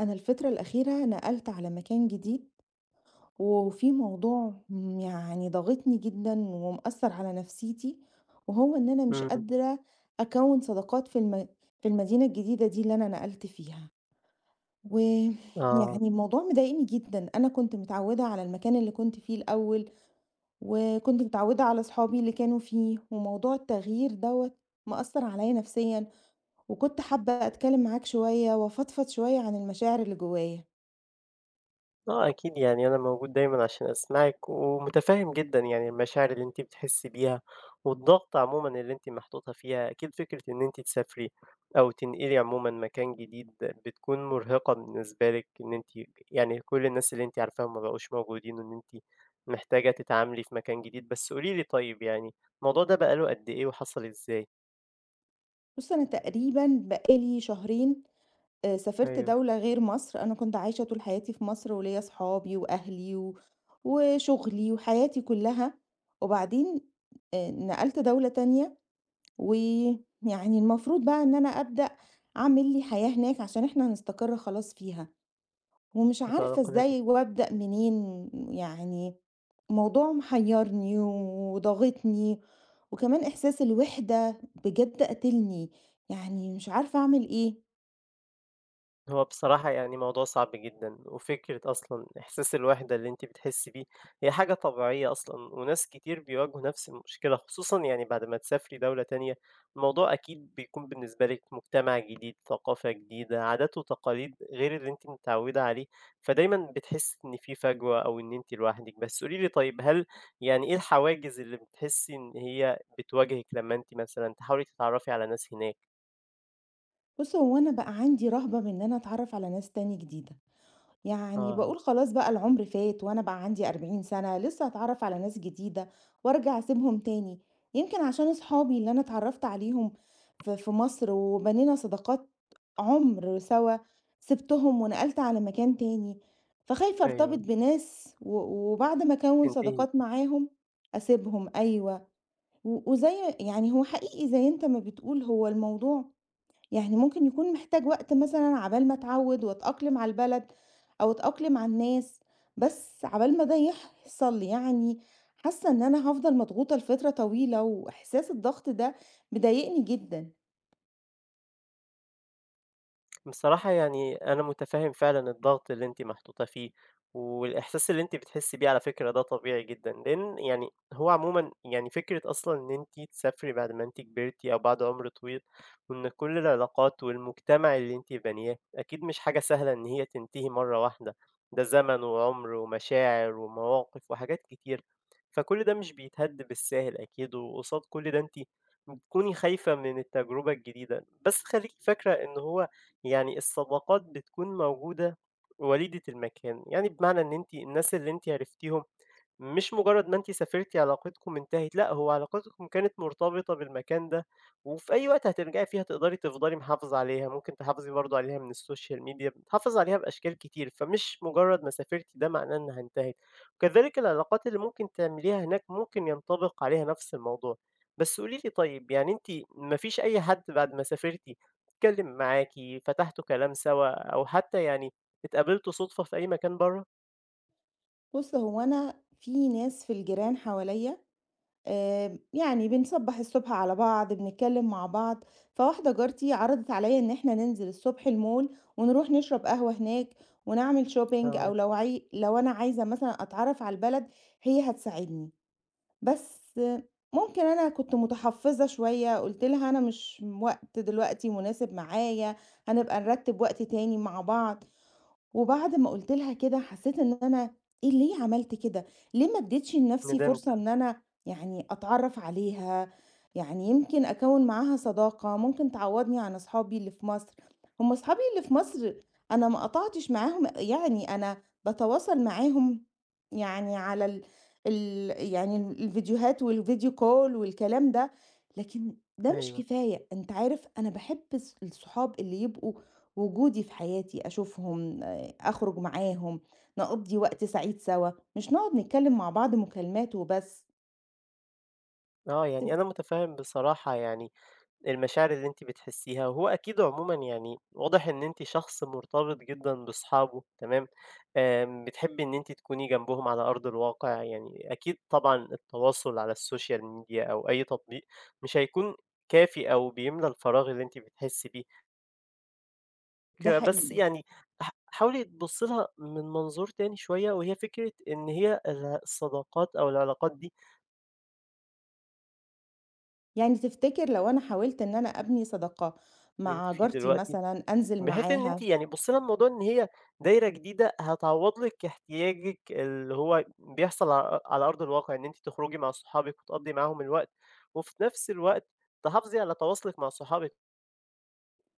أنا الفترة الأخيرة نقلت على مكان جديد، وفي موضوع ضاغطني جدا ومأثر على نفسيتي، وهو إن أنا مش إمم، قادرة أكون صداقات في المدينة الجديدة دي اللي أنا نقلت فيها. آه، ويعني الموضوع مضايقني جدا، أنا كنت متعودة على المكان اللي كنت فيه الأول، وكنت متعودة على صحابي اللي كانوا فيه، وموضوع التغيير دوت مأثر عليا نفسيا، وكنت حابة أتكلم معاك شوية وأفضفض شوية عن المشاعر اللي جوايا. آه أكيد يعني أنا موجود دايمًا عشان أسمعِك، ومتفهم جدًا يعني المشاعر اللي أنتِ بتحسي بيها، والضغط عمومًا اللي أنتِ محطوطة فيها، أكيد فكرة إن أنتِ تسافري أو تنقلي عمومًا مكان جديد بتكون مرهقة بالنسبة لِك، إن أنتِ يعني كل الناس اللي أنتِ عارفاهم ما بقوش موجودين، وإن أنتِ محتاجة تتعاملي في مكان جديد، بس قولي لي طيب يعني الموضوع ده بقى له قد إيه وحصل إزاي؟ بُص، أنا تقريبًا بقى لي شهرين، سافرت أيوه، دولة غير مصر. أنا كنت عايشة طول حياتي في مصر وليّا صحابي وأهلي و وشغلي وحياتي كلّها. وبعدين نقلت دولة تانية، ويعني المفروض بقى إن أنا أبدأ أعمل لي حياة هناك عشان إحنا هنستقر خلاص فيها. ومش عارفة تتنقلي إزاي وأبدأ منين. يعني الموضوع محيرني وضاغطني، وكمان إحساس الوحدة بجد قاتلني، يعني مش عارفة أعمل إيه. هو بصراحة يعني موضوع صعب جدًا، وفكرة أصلًا إحساس الوحدة اللي أنتِ بتحسي بيه هي حاجة طبيعية أصلًا، وناس كتير بيواجهوا نفس المشكلة، خصوصًا يعني بعد ما تسافري دولة تانية، الموضوع أكيد بيكون بالنسبة لِك مجتمع جديد، ثقافة جديدة، عادات وتقاليد غير اللي أنتِ متعودة عليه، فدايمًا بتحسي إن في فجوة أو إن أنتِ لوحدِك. بس قولي لي طيب هل يعني إيه الحواجز اللي بتحسي إن هي بتواجهِك لما أنتِ مثلًا تحاولي تتعرفي على ناس هناك؟ بص، هو أنا بقى عندي رهبة من إن أنا أتعرف على ناس تاني جديدة. يعني آه، باقول خلاص بقى العمر فات وأنا بقى عندي 40 سَنة، لسه هاتعرّف على ناس جديدة وأرجع أسيبهم تاني. يمكن عشان أصحابي اللي أنا اتعرّفت عليهم في مصر وبنينا صداقات عُمر سوا، سِبتهم ونقلت على مكان تاني، فخايفة أرتبط أيوه، بناس، و وبعد ما أكوّن تنتهي. صداقات معاهم أسيبهم. أيوه، و وزي يعني هو حقيقي زي أنت ما بتقول، هو الموضوع يعني ممكن يكون محتاج وقت مثلًا عقبال ما اتعود واتأقلم على البلد، أو اتأقلم على الناس. بس عقبال ما ده يحصل يعني حاسة إن أنا هافضل مضغوطة لفترة طويلة، وإحساس الضغط ده مضايقني جدًا. بصراحة يعني أنا متفهم فعلًا الضغط اللي أنتِ محطوطة فيه، والإحساس اللي أنتِ بتحسي بيه على فكرة ده طبيعي جدًا، لأن يعني هو عمومًا يعني فكرة أصلًا إن أنتِ تسافري بعد ما أنتِ كبرتِ أو بعد عمر طويل، وإن كل العلاقات والمجتمع اللي أنتِ بانياه أكيد مش حاجة سهلة إن هي تنتهي مرة واحدة، ده زمن وعمر ومشاعر ومواقف وحاجات كتير، فكل ده مش بيتهد بالساهل أكيد، وقصاد كل ده أنتِ بتكوني خايفة من التجربة الجديدة، بس خليكِ فاكرة إن هو يعني الصداقات بتكون موجودة وليدة المكان، يعني بمعنى إن أنتِ الناس اللي أنتِ عرفتيهم مش مجرد ما أنتِ سافرتِ علاقتكم انتهت، لأ هو علاقتكم كانت مرتبطة بالمكان ده، وفي أي وقت هترجعي فيه هتقدري تفضلي محافظة عليها، ممكن تحافظي برضه عليها من السوشيال ميديا، بتحافظي عليها بأشكال كتير، فمش مجرد ما سافرتِ ده معناه إنها انتهت، وكذلك العلاقات اللي ممكن تعمليها هناك ممكن ينطبق عليها نفس الموضوع. بس قولي لي طيب يعني أنتِ ما فيش أي حد بعد ما سافرتِ اتكلم معاكِ، فتحتوا كلام سوا أو حتى يعني اتقابلتوا صُدفة في أي مكان برّه؟ بُص، هو أنا في ناس في الجيران حواليّا، يعني بنصبّح الصبح على بعض، بنتكلّم مع بعض. فواحدة جارتي عرضت عليّا إن إحنا ننزل الصبح المول ونروح نشرب قهوة هناك ونعمل shopping، آه، أو لو عاي لو أنا عايزة مثلًا أتعرّف على البلد هي هتساعدني. بس آه، ممكن أنا كنت متحفّظة شوية، قُلت لها أنا مش وقت دلوقتي مناسب معايا، هنبقى نرتّب وقت تاني مع بعض. وبعد ما قُلت لها كده حسّيت إن أنا إيه، ليه عملت كده؟ ليه ما ادّيتش لنَفْسي ندمتِ، فرصة إن أنا أتعرّف عليها؟ يعني يمكن أكوّن معاها صداقة ممكن تعوّضني عن أصحابي اللي في مصر. هم أصحابي اللي في مصر أنا ما قطعتش معاهم، يعني أنا باتواصل معاهم يعني على ال الفيديوهات والvideo call والكلام ده، لكن ده مش أيوه. كفاية. أنت عارف أنا باحب الصحاب اللي يبقوا وجودي في حياتي، أشوفهم، أخرج معاهم، نقضّي وقت سعيد سوا، مش نقعد نتكلّم مع بعض مكالمات وبس. آه، يعني تف أنا متفهم بصراحة يعني المشاعر اللي أنتِ بتحسيها، وهو أكيد عمومًا يعني واضح إن أنتِ شخص مرتبط جدًا بأصحابه، تمام، بتحبي إن أنتِ تكوني جنبهم على أرض الواقع، يعني أكيد طبعًا التواصل على السوشيال ميديا أو أي تطبيق مش هيكون كافي أو بيملى الفراغ اللي أنتِ بتحسي بيه، ده بس حقيقي. يعني حاولي تبُصّي لها من منظور تاني شوية، وهي فكرة إن هي الصداقات أو العلاقات دي يعني تفتكر لو أنا حاولت إن أنا أبني صداقة اللي أنتِ مع فيه جارتي دلوقتي مثلًا، أنزل بحيث إن أنتِ معاها يعني بُصّي لها من موضوع إن هي دايرة جديدة هتعوّض لِك احتياجِك اللي هو بيحصل على أرض الواقع، إن أنتِ تخرجي مع صحابِك وتقضّي معاهم الوقت، وفي نفس الوقت تحافظي على تواصلِك مع صحابِك،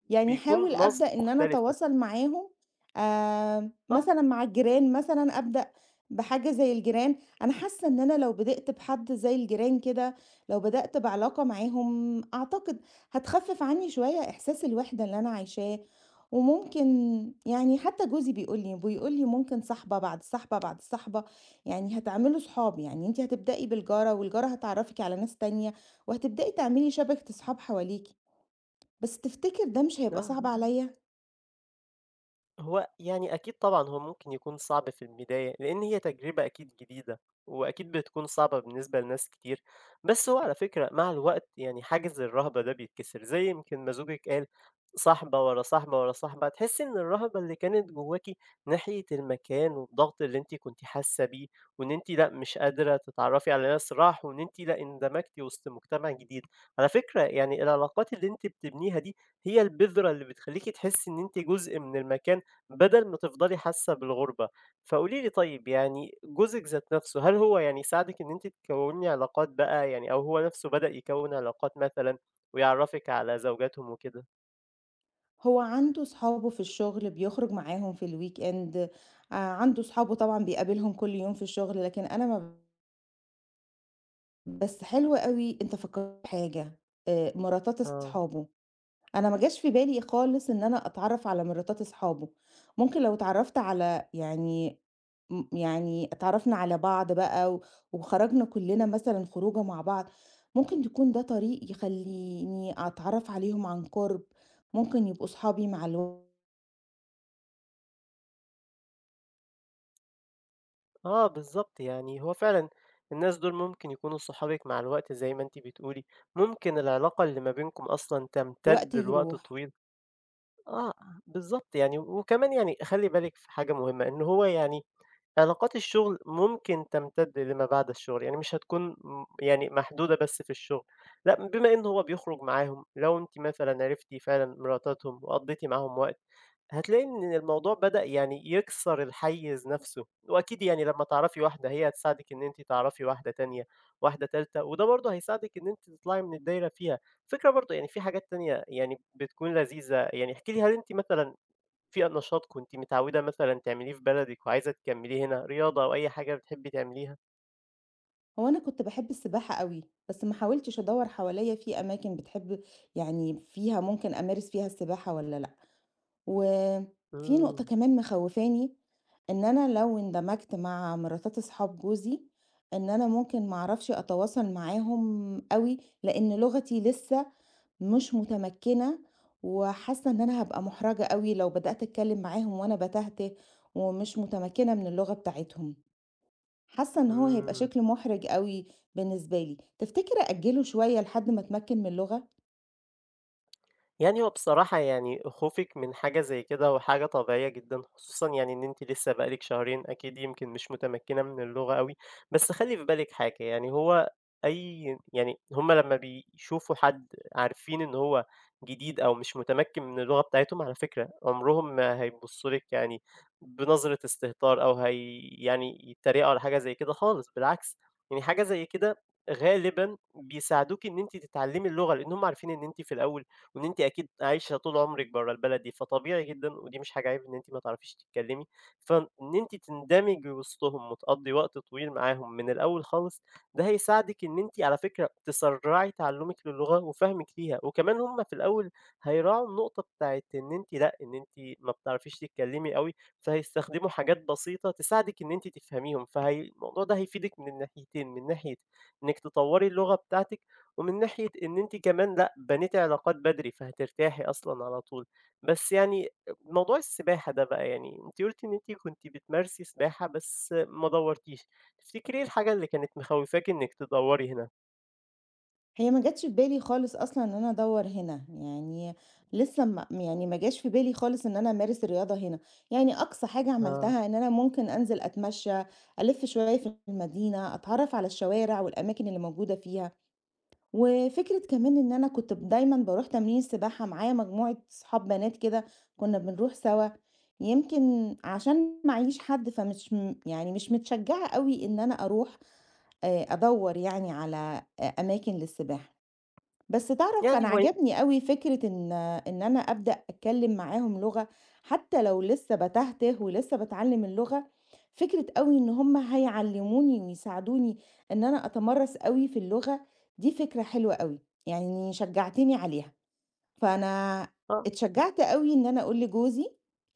يعني بيكون أحاول نظرة أبدأ إن أنا مختلفة. أتواصل معاهم. آه، مثلًا مع الجيران مثلًا أبدأ بحاجة زي الجيران. أنا حاسة إن أنا لو بدأت بحد زي الجيران كده، لو بدأت بعلاقة معاهم أعتقد هتخفف عني شوية إحساس الوحدة اللي أنا عايشاه. وممكن يعني حتى جوزي بيقول لي ممكن صاحبة بعد صاحبة بعد صاحبة، يعني هتعملوا صحاب، يعني أنتِ هتبدئي بالجارة والجارة هتعرّفِك على ناس تانية، وهتبدئي تعملي شبكة صحاب حواليكِ. بس تفتكر ده مش هيبقى آه. صعب عليّا؟ هو يعني أكيد طبعًا هو ممكن يكون صعب في البداية، لإن هي تجربة أكيد جديدة، وأكيد بتكون صعبة بالنسبة لناس كتير، بس هو على فكرة مع الوقت يعني حاجز الرهبة ده بيتكسر، زي يمكن ما زوجِك قال صاحبة ورا صاحبة ورا صاحبة، هتحسي إن الرهبة اللي كانت جواكِ ناحية المكان والضغط اللي أنتِ كنتِ حاسة بيه، وإن أنتِ لأ مش قادرة تتعرفي على ناس راحوا، وإن أنتِ لأ اندمجتِ وسط مجتمع جديد، على فكرة يعني العلاقات اللي أنتِ بتبنيها دي هي البذرة اللي بتخليكِ تحسي إن أنتِ جزء من المكان بدل ما تفضلي حاسة بالغُربة، فقولي لي طيب يعني جوزِك ذات نَفْسه، هل هو يعني ساعدِك إن أنتِ تكوّني علاقات بقى يعني أو هو نَفْسه بدأ يكوّن علاقات مثلًا ويعرّفِك على زوجاتهم وكده؟ هو عنده صحابه في الشغل بيخرج معاهم في الweekend. عنده صحابه طبعًا بيقابلهم كل يوم في الشغل، لكن أنا ما ب- بس حلو أوي أنت فكّرتني بحاجة، مراتات آه، أصحابه. أنا ما جاش في بالي خالص إن أنا أتعرّف على مراتات أصحابه. ممكن لو اتعرّفت على يعني م يعني اتعرّفنا على بعض بقى و وخرجنا كُلّنا مثلًا خروجة مع بعض، ممكن تكون ده طريق يخلّيني أتعرّف عليهم عن قُرب، ممكن يبقوا صحابي مع آه بالضبط، يعني هو فعلًا الناس دُول ممكن يكونوا صحابِك مع الوقت زي ما أنتِ بتقولي، ممكن العلاقة اللي ما بينكم أصلًا الوقت تمتد لوقت يروح. طويل. آه، بالضبط يعني، وكمان يعني خلّي بالِك في حاجة مهمة، إن هو يعني علاقات الشغل ممكن تمتد لما بعد الشغل، يعني مش هتكون يعني محدودة بس في الشغل، لأ، بما إن هو بيخرج معاهم، لو أنتِ مثلًا عرفتِ فعلًا مراتاتهم وقضّيتِ معاهم وقت، هتلاقي إن الموضوع بدأ يعني يكسر الحيّز نَفْسه، وأكيد يعني لمّا تعرفي واحدة هي هتساعدِك إن أنتِ تعرفي واحدة تانية، واحدة تالتة، وده برضه هيساعدِك إن أنتِ تطلعي من الدايرة فيها. فكرة برضه يعني في حاجات تانية يعني بتكون لذيذة، يعني احكي لي هل أنتِ مثلًا في نشاط كنتِ متعودة مثلًا تعمليه في بلدِك وعايزة تكمّليه هنا، رياضة أو أي حاجة بتحبي تعمليها؟ هو أنا كنت باحب السباحة أوي، بس ما حاولتش أدوّر حواليّا في أماكن بتحب يعني فيها ممكن أمارس فيها السباحة والّا لأ. وفي إمم، نقطة كمان مخوفاني، إن أنا لو اندمجت مع مراتات أصحاب جوزي، إن أنا ممكن ما أعرفش أتواصل معاهم أوي، لأن لغتي لسه مش متمكنة، وحاسة إن أنا هابقى محرجة أوي لو بدأت أتكلم معاهم وأنا بتهته ومش متمكنة من اللغة بتاعتهم. حاسة إن هو هيبقى إمم. شكل محرج أوي بالنسبة لي. تفتكر أأجله شوية لحد ما أتمكن من اللغة؟ يعني هو بصراحة يعني خوفِك من حاجة زي كده هو حاجة طبيعية جدًا، خصوصًا يعني إن أنتِ لسه بقى لِك شهرين أكيد يمكن مش متمكنة من اللغة أوي، بس خلّي في بالِك حاجة يعني هو أي يعني هُم لمّا بيشوفوا حد عارفين إن هو جديد أو مش متمكن من اللغة بتاعتهم على فكرة عمرهم ما هيبصوا لِك يعني بنظرة استهتار أو هي يعني يتريقوا على حاجة زي كده خالص، بالعكس يعني حاجة زي كده غالبًا بيساعدوكِ إن أنتِ تتعلمي اللغة، لأن هُم عارفين إن أنتِ في الأول وإن أنتِ أكيد عايشة طول عمرِك برّه البلد دي، فطبيعي جدًا ودي مش حاجة عيب إن أنتِ ما تعرفيش تتكلمي، فإن أنتِ تندمجي وسطهم وتقضّي وقت طويل معاهم من الأول خالص، ده هيساعدِك إن أنتِ على فكرة تسرّعي تعلُّمِك للغة وفهمِك ليها، وكمان هم في الأول هيراعوا النقطة بتاعة إن أنتِ لأ، إن أنتِ ما بتعرفيش تتكلمي أوي، فهيستخدموا حاجات بسيطة تساعدِك إن أنتِ تفهميهم، فهي الموضوع ده هيفيدِك من الناحيتين، من ناحية إنِّك تطوّري اللغة بتاعتِك ومن ناحية إن أنتِ كمان لأ، بنيتِ علاقات بدري، فهترتاحي أصلًا على طول. بس يعني موضوع السباحة ده بقى، يعني أنتِ قُلتِ إن أنتِ كنتِ بتمارسي سباحة بس ما دَوَّرتيش، تفتكري إيه الحاجة اللي كانت مخوّفاكِ إنِّك تدوّري هنا؟ هي ما جاتش في بالي خالص أصلًا إن أنا أدوّر هنا، يعني لسه ما جاش في بالي خالص إن أنا أمارس الرياضة هنا. يعني أقصى حاجة آه، عملتها إن أنا ممكن أنزل أتمشى، ألِف شوية في المدينة، أتعرّف على الشوارع والأماكن اللي موجودة فيها. وفكرة كمان إن أنا كنت ب دايمًا باروح تمرين السباحة معايا مجموعة صحاب بنات كده، كنا بنروح سوا. يمكن عشان معييش حد فمش م يعني مش متشجعة أوي إن أنا أروح أدوّر يعني على أماكن للسباحة. بس تعرف يعني أنا هو ي عجبني أوي فكرة إن إن أنا أبدأ أتكلم معاهم لغة حتى لو لسه بتهته ولسه باتعلم اللغة. فكرة أوي إن هم هيعلموني ويساعدوني إن أنا أتمرس أوي في اللغة، دي فكرة حلوة أوي، يعني شجعتني عليها. فأنا آه، اتشجّعت أوي إن أنا أقول لجوزي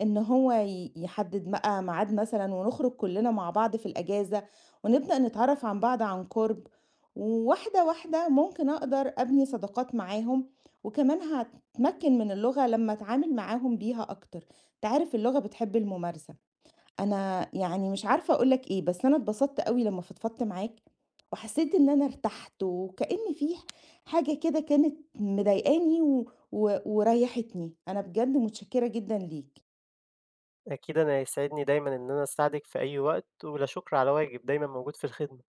إن هو يحدد بقى ميعاد مثلًا ونخرج كلّنا مع بعض في الأجازة، ونبدأ نتعرّف عن بعض عن قُرب، وواحدة، واحدة ممكن أقدر أبني صداقات معاهم، وكمان هاتمكّن من اللغة لمّا أتعامل معاهم بيها أكتر، أنت عارف اللغة بتحب الممارسة. أنا يعني مش عارفة أقول لك إيه، بس أنا اتبسطت أوي لمّا فضفضت معاك، وحسيت إن أنا ارتحت، وكأن في حاجة كده كانت مضايقاني و و وريحتني. أنا بجد متشكرة جدًا ليك. أكيد أنا يسعدني دايمًا إن أنا أساعدِك في أي وقت، ولا شُكر على واجب، دايمًا موجود في الخدمة.